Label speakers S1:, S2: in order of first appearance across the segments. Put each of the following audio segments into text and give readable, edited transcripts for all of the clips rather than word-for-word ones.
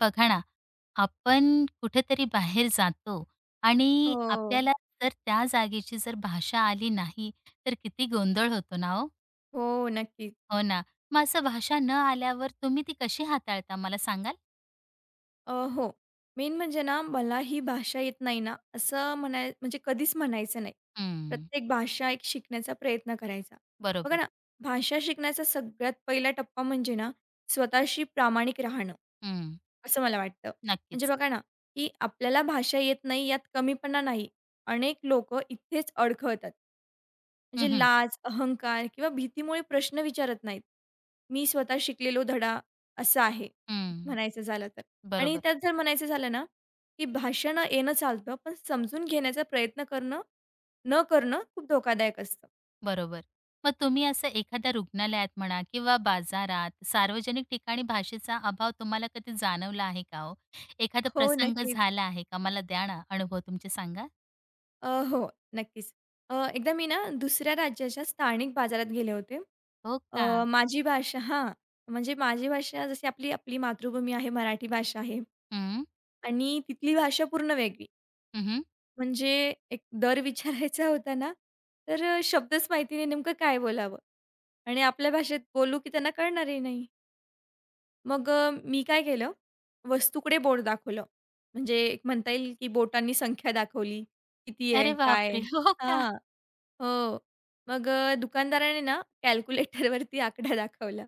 S1: बघा ना, आपण कुठेतरी बाहेर जातो आणि
S2: हो.
S1: आपल्याला जर त्या जागेची जर भाषा आली नाही, तर किती गोंधळ होतो ना हो.
S2: हो, नक्कीच.
S1: हो ना. मग असं भाषा न आल्यावर तुम्ही ती कशी हाताळता मला सांगाल?
S2: हो. मेन म्हणजे ना, मला ही भाषा येत नाही ना, असं म्हणाय म्हणजे कधीच म्हणायचं नाही.
S1: हं,
S2: प्रत्येक भाषा एक शिकण्याचा प्रयत्न करायचा. बघा
S1: बरोबर.
S2: ना, भाषा शिकण्याचा सगळ्यात पहिला टप्पा म्हणजे ना, स्वतःशी प्रामाणिक राहणं,
S1: हं,
S2: असं मला वाटतं. म्हणजे
S1: नक्कीच.
S2: बघा ना, की आपल्याला भाषा येत नाही यात कमीपणा नाही. अनेक लोकं इथेच अडखळतात. म्हणजे
S1: हं, हं.
S2: लाज, अहंकार किंवा भीतीमुळे प्रश्न विचारत नाहीत. मी स्वतः शिकलेलो धडा, असं आहे म्हणायचं झालं तर. आणि
S1: बरोबर,
S2: त्यात जर म्हणायचं झालं ना, की भाषणं येणं चालतं, पण समजून घेण्याचा प्रयत्न करणं, न करणं खूप धोकादायक असतं.
S1: बरोबर. मग तुम्ही असं एखाद्या रुग्णालयात म्हणा किंवा बाजारात, सार्वजनिक ठिकाणी भाषेचा अभाव तुम्हाला कधी जाणवला आहे का हो? एखादा
S2: हो,
S1: प्रसंग
S2: नक्कीच.
S1: झाला आहे का? मला द्या ना अनुभव तुमचे सांगा.
S2: हो, नक्कीच. एकदा मी ना दुसऱ्या राज्याच्या स्थानिक बाजारात गेले होते.
S1: हो का?
S2: माझी भाषा हां, म्हणजे माझी भाषा जशी आपली आपली मातृभूमी आहे, मराठी भाषा आहे
S1: हं.
S2: आणि तिथली भाषा पूर्ण वेगळी.
S1: हं,
S2: म्हणजे एक दर विचारायचा होता ना, तर शब्दच माहिती नाही नेमकं काय बोलावं आणि आपल्या भाषेत बोलू की त्यांना कळणारही नाही. मग मी काय केलं, वस्तूकडे बोट दाखवलं. म्हणजे एक म्हणता येईल, की बोटांनी संख्या दाखवली. किती आहे?
S1: अरे
S2: काय आहे?
S1: बापरे! हो का?
S2: हां. हो. मग दुकानदाराने ना कॅल्क्युलेटरवरती आकडा दाखवला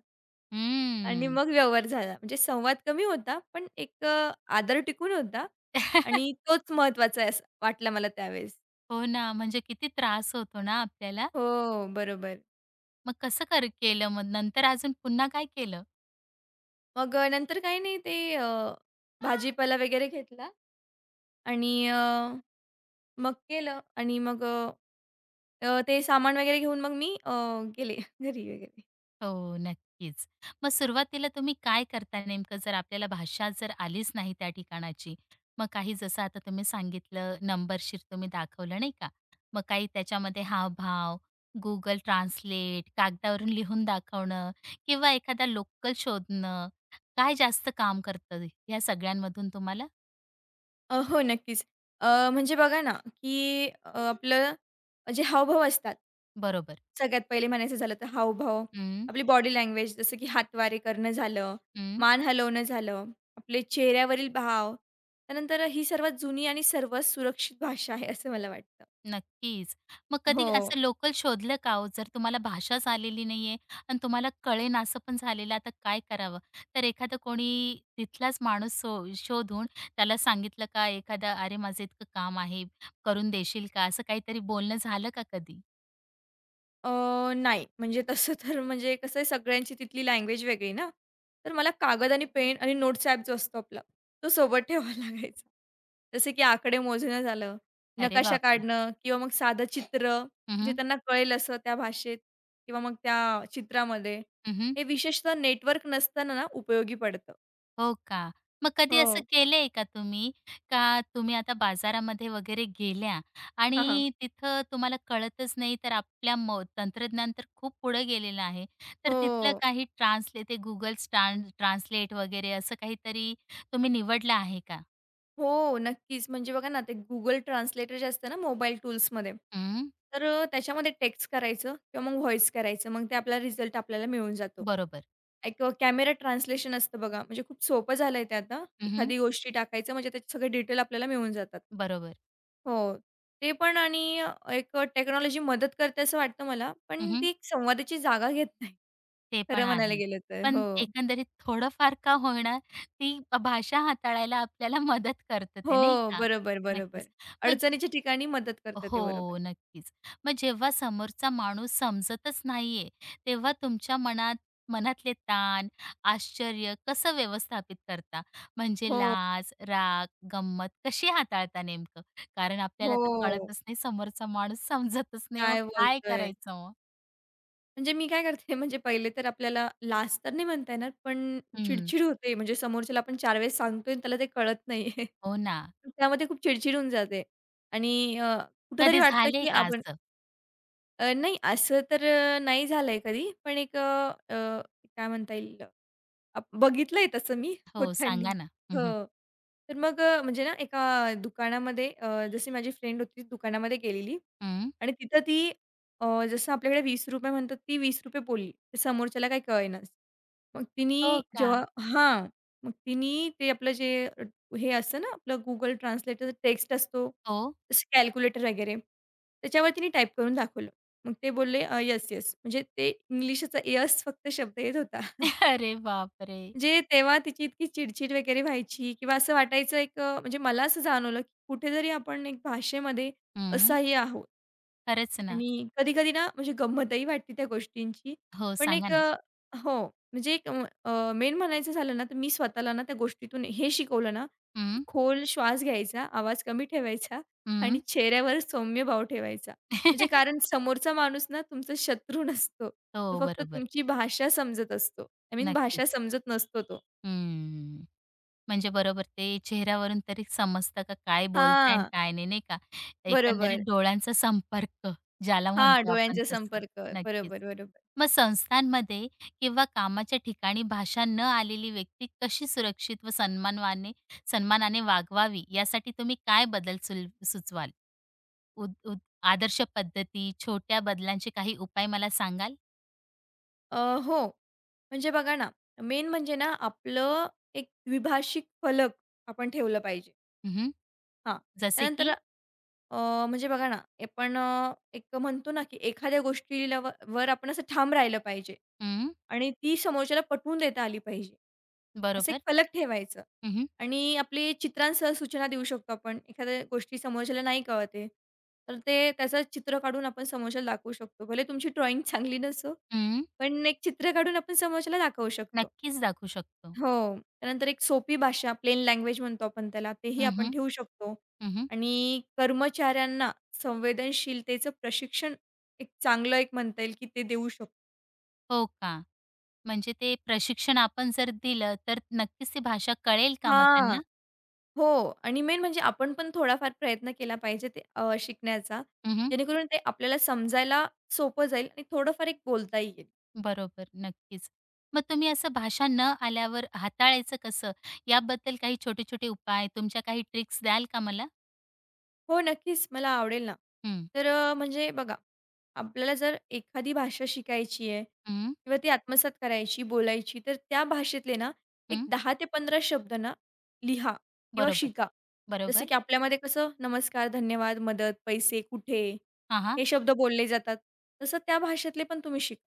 S2: आणि
S1: हम्म.
S2: मग व्यवहार झाला. म्हणजे संवाद कमी होता, पण एक आदर टिकून होता आणि तोच महत्त्वाचा आहे असं वाटला मला त्यावेळेस.
S1: हो ना, म्हणजे किती त्रास होतो ना आपल्याला.
S2: हो, बरोबर.
S1: मग कसं केलं मग नंतर अजून पुन्हा काय केलं?
S2: मग नंतर काही नाही ते भाजीपाला वगैरे घेतला आणि मग केलं आणि मग अ, अ, ते सामान वगैरे घेऊन मग मी गेले घरी वगैरे.
S1: हो, नक्कीच. मग सुरुवातीला तुम्ही काय करता नेमकं? जर आपल्याला भाषा जर आलीच नाही त्या ठिकाणाची, मग काही जसं आता तुम्ही सांगितलं नंबरशीर तुम्ही दाखवलं नाही का? मग काही त्याच्यामध्ये हावभाव, Google Translate, कागदावरून लिहून दाखवणं किंवा एखादा लोकल शोधणं, काय जास्त काम करतं या सगळ्यांमधून तुम्हाला?
S2: हो, नक्कीच. अ, म्हणजे बघा ना, की आपलं जे हावभाव असतात.
S1: बरोबर.
S2: सगळ्यात पहिले म्हणायचं झालं तर हावभाव,
S1: हं,
S2: आपली बॉडी लँग्वेज जसं की हातवारे करणं झालं,
S1: हं.
S2: मान हलवणं झालं, आपले चेहऱ्यावरील भाव, त्यानंतर ही सर्वात जुनी आणि सर्वात सुरक्षित भाषा आहे असं मला वाटतं.
S1: नक्कीच. मग कधी
S2: हो.
S1: असं लोकल शोधलं का हो? जर तुम्हाला भाषाच आलेली नाहीये आणि तुम्हाला कळेना असं पण झालेलं आता काय करावं? तर एखादा कोणी तिथलाच माणूस शोधून त्याला सांगितलं का एखादा, "अरे, माझं इतकं काम आहे, करून देशील का?" असं काहीतरी बोलणं झालं का कधी?
S2: अ, नाही. म्हणजे तसं तर म्हणजे कसं आहे सगळ्यांची तिथली लँग्वेज वेगळी ना. तर मला कागद आणि पेन आणि नोट्स ॲप जो असतो आपला, तो सोबत ठेवावा लागायचा. जसे की आकडे मोजणं झालं,
S1: अरे
S2: नकाशा
S1: बापरे!
S2: काढणं किंवा मग साधं चित्र
S1: हं,
S2: जे
S1: हं.
S2: त्यांना कळेल असं त्या भाषेत किंवा मग त्या चित्रामध्ये. हे विशेषतः नेटवर्क नसताना ना उपयोगी पडतं.
S1: हो का? मग कधी असं
S2: हो.
S1: केलंय का तुम्ही, का तुम्ही आता बाजारामध्ये वगैरे गेल्या
S2: हां, हां.
S1: आणि तिथं तुम्हाला कळतच नाही, तर आपल्या तंत्रज्ञान तर खूप पुढे गेलेलं आहे. तर तिथलं
S2: हो.
S1: काही ट्रान्सले ते Google ट्रान्सलेट वगैरे असं काहीतरी तुम्ही निवडलं आहे का?
S2: हो, नक्कीच. म्हणजे बघा ना, ते Google ट्रान्सलेटर जे असतं ना मोबाईल टूल्समध्ये,
S1: हं,
S2: तर त्याच्यामध्ये टेक्स्ट करायचं किंवा मग व्हॉईस करायचं. मग ते आपला रिझल्ट आपल्याला मिळून जातो.
S1: बरोबर.
S2: एक कॅमेरा ट्रान्सलेशन असतं बघा, म्हणजे खूप सोपं झालंय ते आता.
S1: हं,
S2: एखादी गोष्टी टाकायचं म्हणजे त्याचे सगळे डिटेल आपल्याला मिळून जातात.
S1: बरोबर.
S2: हो, ते पण आणि एक टेक्नॉलॉजी मदत करते असं वाटतं मला,
S1: हं,
S2: पण
S1: हं.
S2: ती एक संवादाची जागा घेत नाही.
S1: ते पण
S2: खरं म्हणायला
S1: आहे.
S2: गेलं तर.
S1: पण
S2: हो.
S1: एकंदरीत थोडंफार का होईना, ती भाषा हाताळायला आपल्याला मदत करतं
S2: हो,
S1: ते, नाही का?
S2: बरोबर, बरोबर.
S1: नक्कीच. मग
S2: अडचणीच्या ठिकाणी मदत करतं ते. बरोबर.
S1: हो, नक्कीच. मग जेव्हा समोरचा माणूस समजतच नाहीये, तेव्हा तुमच्या मनातले ताण, आश्चर्य कसं व्यवस्थापित करता? म्हणजे
S2: हो.
S1: लाज, राग, गंमत कशी हाताळता नेमकं? कारण आपल्याला तर
S2: हो,
S1: कळतच नाही, समोरचा माणूस समजतच नाही, मग
S2: काय
S1: काय
S2: बोलतोय?
S1: करायचं मग?
S2: म्हणजे मी काय करते म्हणजे पहिले तर आपल्याला लाज तर नाही म्हणता येणार, पण
S1: हं.
S2: चिडचिड होते. म्हणजे समोरच्याला आपण 4 वेळेस सांगतोय आणि त्याला ते कळत नाहीये.
S1: हो ना.
S2: त्यामध्ये खूप चिडचिड होऊन जाते आणि कुठेतरी
S1: कधी
S2: वाटतं
S1: झालंय
S2: की
S1: का
S2: आपण
S1: असं?
S2: नाही असं तर नाही झालंय कधी. पण एक अ, अ, काय म्हणता येईल आप बघितलंय तसं मी
S1: हो,
S2: होतांनी.
S1: सांगा ना. हं.
S2: हो. तर मग म्हणजे ना एका दुकानामध्ये जशी माझी फ्रेंड होती दुकानामध्ये गेलेली
S1: हं.
S2: आणि तिथं ती अ, जसं आपल्याकडे ₹20 म्हणतात ती ₹20 बोलली. तर समोरच्याला काही कळेनाच. मग तिनी
S1: हो का?
S2: जेव्हा हां. मग तिनी ते आपलं जे हे असतं ना आपलं Google Translator टेक्स्ट असतो,
S1: हो.
S2: जसं कॅल्क्युलेटर वगैरे. त्याच्यावर तिने टाइप करून दाखवलं. मग ते बोलले येस, म्हणजे ते इंग्लिशचा येस फक्त शब्द येत होता.
S1: अरे बापरे!
S2: म्हणजे तेव्हा तिची इतकी चिडचिड वगैरे व्हायची किंवा असं वाटायचं एक म्हणजे मला असं जाणवलं, की कुठेतरी आपण एक भाषेमध्ये
S1: हं.
S2: असहाय्य आहोत
S1: खरंच ना.
S2: आणि कधी-कधी ना म्हणजे गंमतही वाटते त्या गोष्टींची.
S1: हो,
S2: पण
S1: सांगा
S2: एक
S1: ना.
S2: हो, म्हणजे एक मेन म्हणायचं झालं ना, तर मी स्वतःला ना त्या गोष्टीतून हे शिकवलं ना, की
S1: हं,
S2: खोल श्वास घ्यायचा, आवाज कमी ठेवायचा आणि
S1: हं.
S2: चेहऱ्यावर सौम्य भाव ठेवायचा. म्हणजे कारण समोरचा माणूस ना तुमचा शत्रू नसतो. तो
S1: हो,
S2: फक्त
S1: बरोबर.
S2: तुमची भाषा समजत असतो. आय मीन भाषा
S1: नक्कीच.
S2: समजत नसतो तो.
S1: हं. म्हणजे बरोबर ते चेहऱ्यावरून तरी समजतं का काय बोलताय आणि
S2: हां,
S1: काय नाही, नाही का? एकंदरीत
S2: बरोबर.
S1: डोळ्यांचा संपर्क ज्याला
S2: हां,
S1: म्हणतो आपण
S2: डोळ्यांचा
S1: तसं.
S2: संपर्क.
S1: नक्कीच.
S2: बरोबर, बरोबर.
S1: मग संस्थांमध्ये किंवा कामाच्या ठिकाणी भाषा न आलेली व्यक्ती कशी सुरक्षित व सन्मानाने वागवावी यासाठी तुम्ही काय बदल सुचवाल? उद उद आदर्श पद्धती, छोट्या बदलांचे काही उपाय मला सांगाल?
S2: अ, हो, म्हणजे बघा ना, मेन म्हणजे ना आपलं एक द्विभाषिक फलक आपण ठेवलं पाहिजे.
S1: हं,
S2: हां,
S1: जसे
S2: त्यानंतर
S1: की?
S2: म्हणजे बघा ना, आपण एक म्हणतो ना, की एखाद्या गोष्टीला व वर आपण असं ठाम राहिलं पाहिजे
S1: हं,
S2: आणि ती समोरच्याला पटवून देता आली पाहिजे. असं एक
S1: बरोबर.
S2: फलक ठेवायचं
S1: हं, हं.
S2: आणि आपली चित्रांसह सूचना देऊ शकतो आपण. एखाद्या गोष्टी समोरच्याला नाही कळत तर ते त्याचं चित्र काढून आपण समोरच्याला दाखवू शकतो. भले तुमची ड्रॉइंग चांगली नसो,
S1: हं.
S2: पण एक चित्र काढून आपण समोरच्याला दाखवू शकतो.
S1: नक्कीच दाखवू शकतो.
S2: हो. त्यानंतर एक सोपी भाषा, प्लेन लँग्वेज म्हणतो आपण त्याला, तेही
S1: हं,
S2: आपण
S1: हं.
S2: ठेवू शकतो. आणि कर्मचाऱ्यांना संवेदनशीलतेचं प्रशिक्षण एक चांगलं एक म्हणता येईल, की ते देऊ शकतो.
S1: हो का? म्हणजे ते प्रशिक्षण आपण जर दिलं, तर नक्कीच ती भाषा कळेल का मग
S2: हां.
S1: त्यांना?
S2: हो. आणि मेन म्हणजे आपण पण थोडाफार प्रयत्न केला पाहिजे ते शिकण्याचा,
S1: हं,
S2: जेणेकरून ते आपल्याला समजायला सोपं जाईल आणि थोडंफार एक बोलता येईल.
S1: बरोबर, नक्कीच. मग तुम्ही असं भाषा न आल्यावर हाताळायचं कसं? याबद्दल काही छोटे-छोटे उपाय, तुमच्या काही ट्रिक्स द्याल का मला?
S2: हो, नक्कीच मला आवडेल ना.
S1: हं.
S2: तर म्हणजे बघा, आपल्याला जर एखादी भाषा शिकायची आहे
S1: हं.
S2: किंवा ती आत्मसात करायची, बोलायची, तर त्या भाषेतले ना एक
S1: हं.
S2: 10 ते 15 शब्द ना लिहा किंवा
S1: बरोबर,
S2: शिका. जसे
S1: बरोबर.
S2: की आपल्यामध्ये कसं नमस्कार, धन्यवाद, मदत, पैसे, कुठे
S1: हां, हां.
S2: हे शब्द बोलले जातात, तसं त्या भाषेतले पण तुम्ही शिका.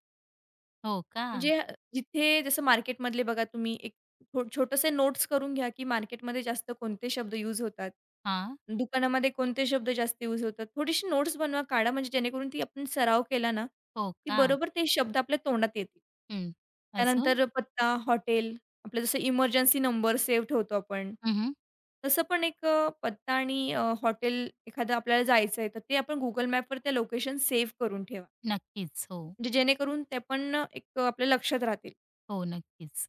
S1: हो का?
S2: म्हणजे जिथे जसं मार्केटमधले बघा तुम्ही एक छोटेसे नोट्स करून घ्या, की मार्केटमध्ये जास्त कोणते शब्द यूज होतात.
S1: हां.
S2: दुकानामध्ये कोणते शब्द जास्त यूज होतात. थोडीशी नोट्स बनवा, काढा म्हणजे जेणेकरून ती आपण सराव केला ना,
S1: हो
S2: की
S1: का?
S2: बरोबर ते शब्द आपल्या तोंडात येतील.
S1: हं. अजून?
S2: त्यानंतर पत्ता, हॉटेल, आपलं जसं इमर्जन्सी नंबर सेव्ह ठेवतो आपण.
S1: हं,
S2: तसं पण एक पत्ता आणि हॉटेल एखादं आपल्याला जायचं आहे, तर ते आपण Google मॅपवर त्या लोकेशन सेव्ह करून ठेवा.
S1: नक्कीच. हो.
S2: म्हणजे जेणेकरून ते पण एक आपल्या लक्षात राहतील.
S1: हो, नक्कीच.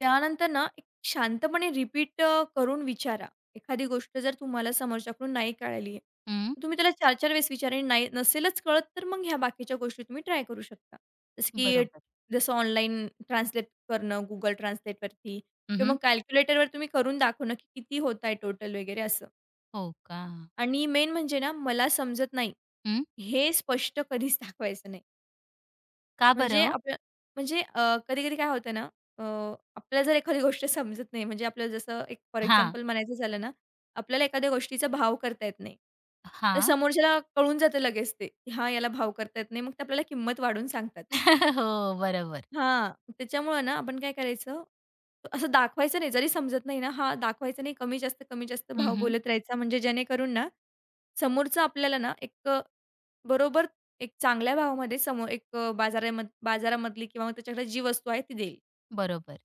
S2: त्यानंतर ना, एक शांतपणे रिपीट करून विचारा. एखादी गोष्ट जर तुम्हाला समोरच्याकडून नाही कळाली आहे,
S1: हं.
S2: तर तुम्ही त्याला 4 चार वेळेस विचारा आणि नाही नसेलच कळत, तर मग ह्या बाकीच्या गोष्टी तुम्ही ट्राय करू शकता. जसं की
S1: बरोबर.
S2: जसं ऑनलाईन ट्रान्सलेट करणं Google Translateवरती किंवा मग कॅल्क्युलेटरवर तुम्ही करून दाखवणं, की किती होत आहे टोटल वगैरे असं.
S1: हो का?
S2: आणि मेन म्हणजे ना, मला समजत नाही,
S1: हं.
S2: हे स्पष्ट कधीच दाखवायचं नाही.
S1: का
S2: म्हणजे
S1: बरं ओ?
S2: आपलं म्हणजे कधी-कधी काय होतं ना, अ, आपल्याला जर एखादी गोष्ट समजत नाही, म्हणजे आपल्याला जसं एक फॉर
S1: हां,
S2: एक्झाम्पल म्हणायचं झालं ना, आपल्याला एखाद्या गोष्टीचा भाव करता येत नाही. तर
S1: हां.
S2: समोरच्याला कळून जातं लगेच ते, की हां, याला भाव करता येत नाही. मग ते आपल्याला किंमत वाढवून सांगतात.
S1: हो, बरोबर.
S2: हां, त्याच्यामुळं ना आपण काय करायचं, असं दाखवायचं नाही. जरी समजत नाही ना, हां, दाखवायचं नाही. कमी-जास्त, कमी-जास्त
S1: हं,
S2: भाव
S1: हं.
S2: बोलत राहायचा. म्हणजे जेणेकरून ना, समोरचा आपल्याला ना एक बरोबर एक चांगल्या भावामध्ये एक बाजारामधली किंवा मग त्याच्याकडे जी वस्तू आहे ती देईल.
S1: बरोबर.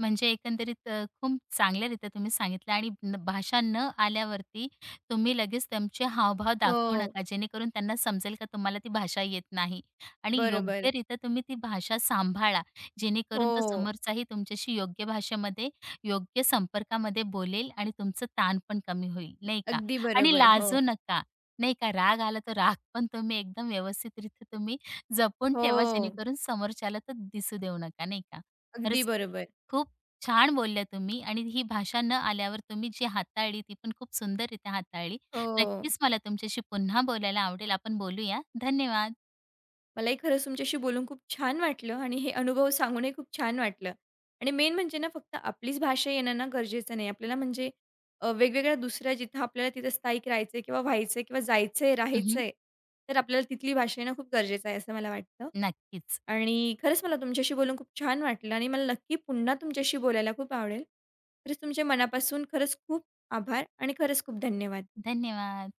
S1: म्हणजे एकंदरीत खूप चांगल्यारीत्या तुम्ही सांगितलं आणि भाषा न आल्यावरती तुम्ही लगेच तुमचे हावभाव दाखवू
S2: हो,
S1: नका, जेणेकरून त्यांना समजेल का तुम्हाला ती भाषा येत नाही आणि
S2: बरोबर.
S1: योग्यरीत्या तुम्ही ती भाषा सांभाळा, जेणेकरून तो
S2: हो,
S1: समोरचाही तुमच्याशी योग्य भाषेमध्ये, योग्य संपर्कामध्ये बोलेल आणि तुमचं ताण पण कमी होईल, नाही का?
S2: अगदी
S1: आणि
S2: बरोबर. हो,
S1: लाजू नका, नाही का? राग आला तर राग पण तुम्ही एकदम व्यवस्थितरीत्या तुम्ही जपून ठेवा,
S2: हो,
S1: जेणेकरून समोरच्याला तो दिसू देऊ नका, नाही का?
S2: अगदी
S1: खरंच
S2: बरोबर.
S1: खूप छान बोलल्या तुम्ही आणि ही भाषा न आल्यावर तुम्ही जी हाताळली ती पण खूप सुंदररीत्या हाताळली.
S2: हो.
S1: नक्कीच मला तुमच्याशी पुन्हा बोलायला आवडेल. आपण बोलूया. धन्यवाद.
S2: मलाही खरंच तुमच्याशी बोलून खूप छान वाटलं आणि हे अनुभव सांगूनही खूप छान वाटलं. आणि मेन म्हणजे ना फक्त आपलीच भाषा येणं ना गरजेचं नाही. आपल्याला म्हणजे वेगवेगळ्या दुसऱ्या जिथं आपल्याला तिथं स्थायिक राहायचंय किंवा व्हायचंय किंवा जायचंय,
S1: हं,
S2: राहायचंय, तर आपल्याला तिथली भाषा येणं खूप गरजेचं आहे असं मला वाटतं.
S1: नक्कीच.
S2: आणि खरंच मला तुमच्याशी बोलून खूप छान वाटलं आणि मला नक्की पुन्हा तुमच्याशी बोलायला खूप आवडेल. खरंच तुमच्या मनापासून खरंच खूप आभार आणि खरंच खूप धन्यवाद.
S1: धन्यवाद.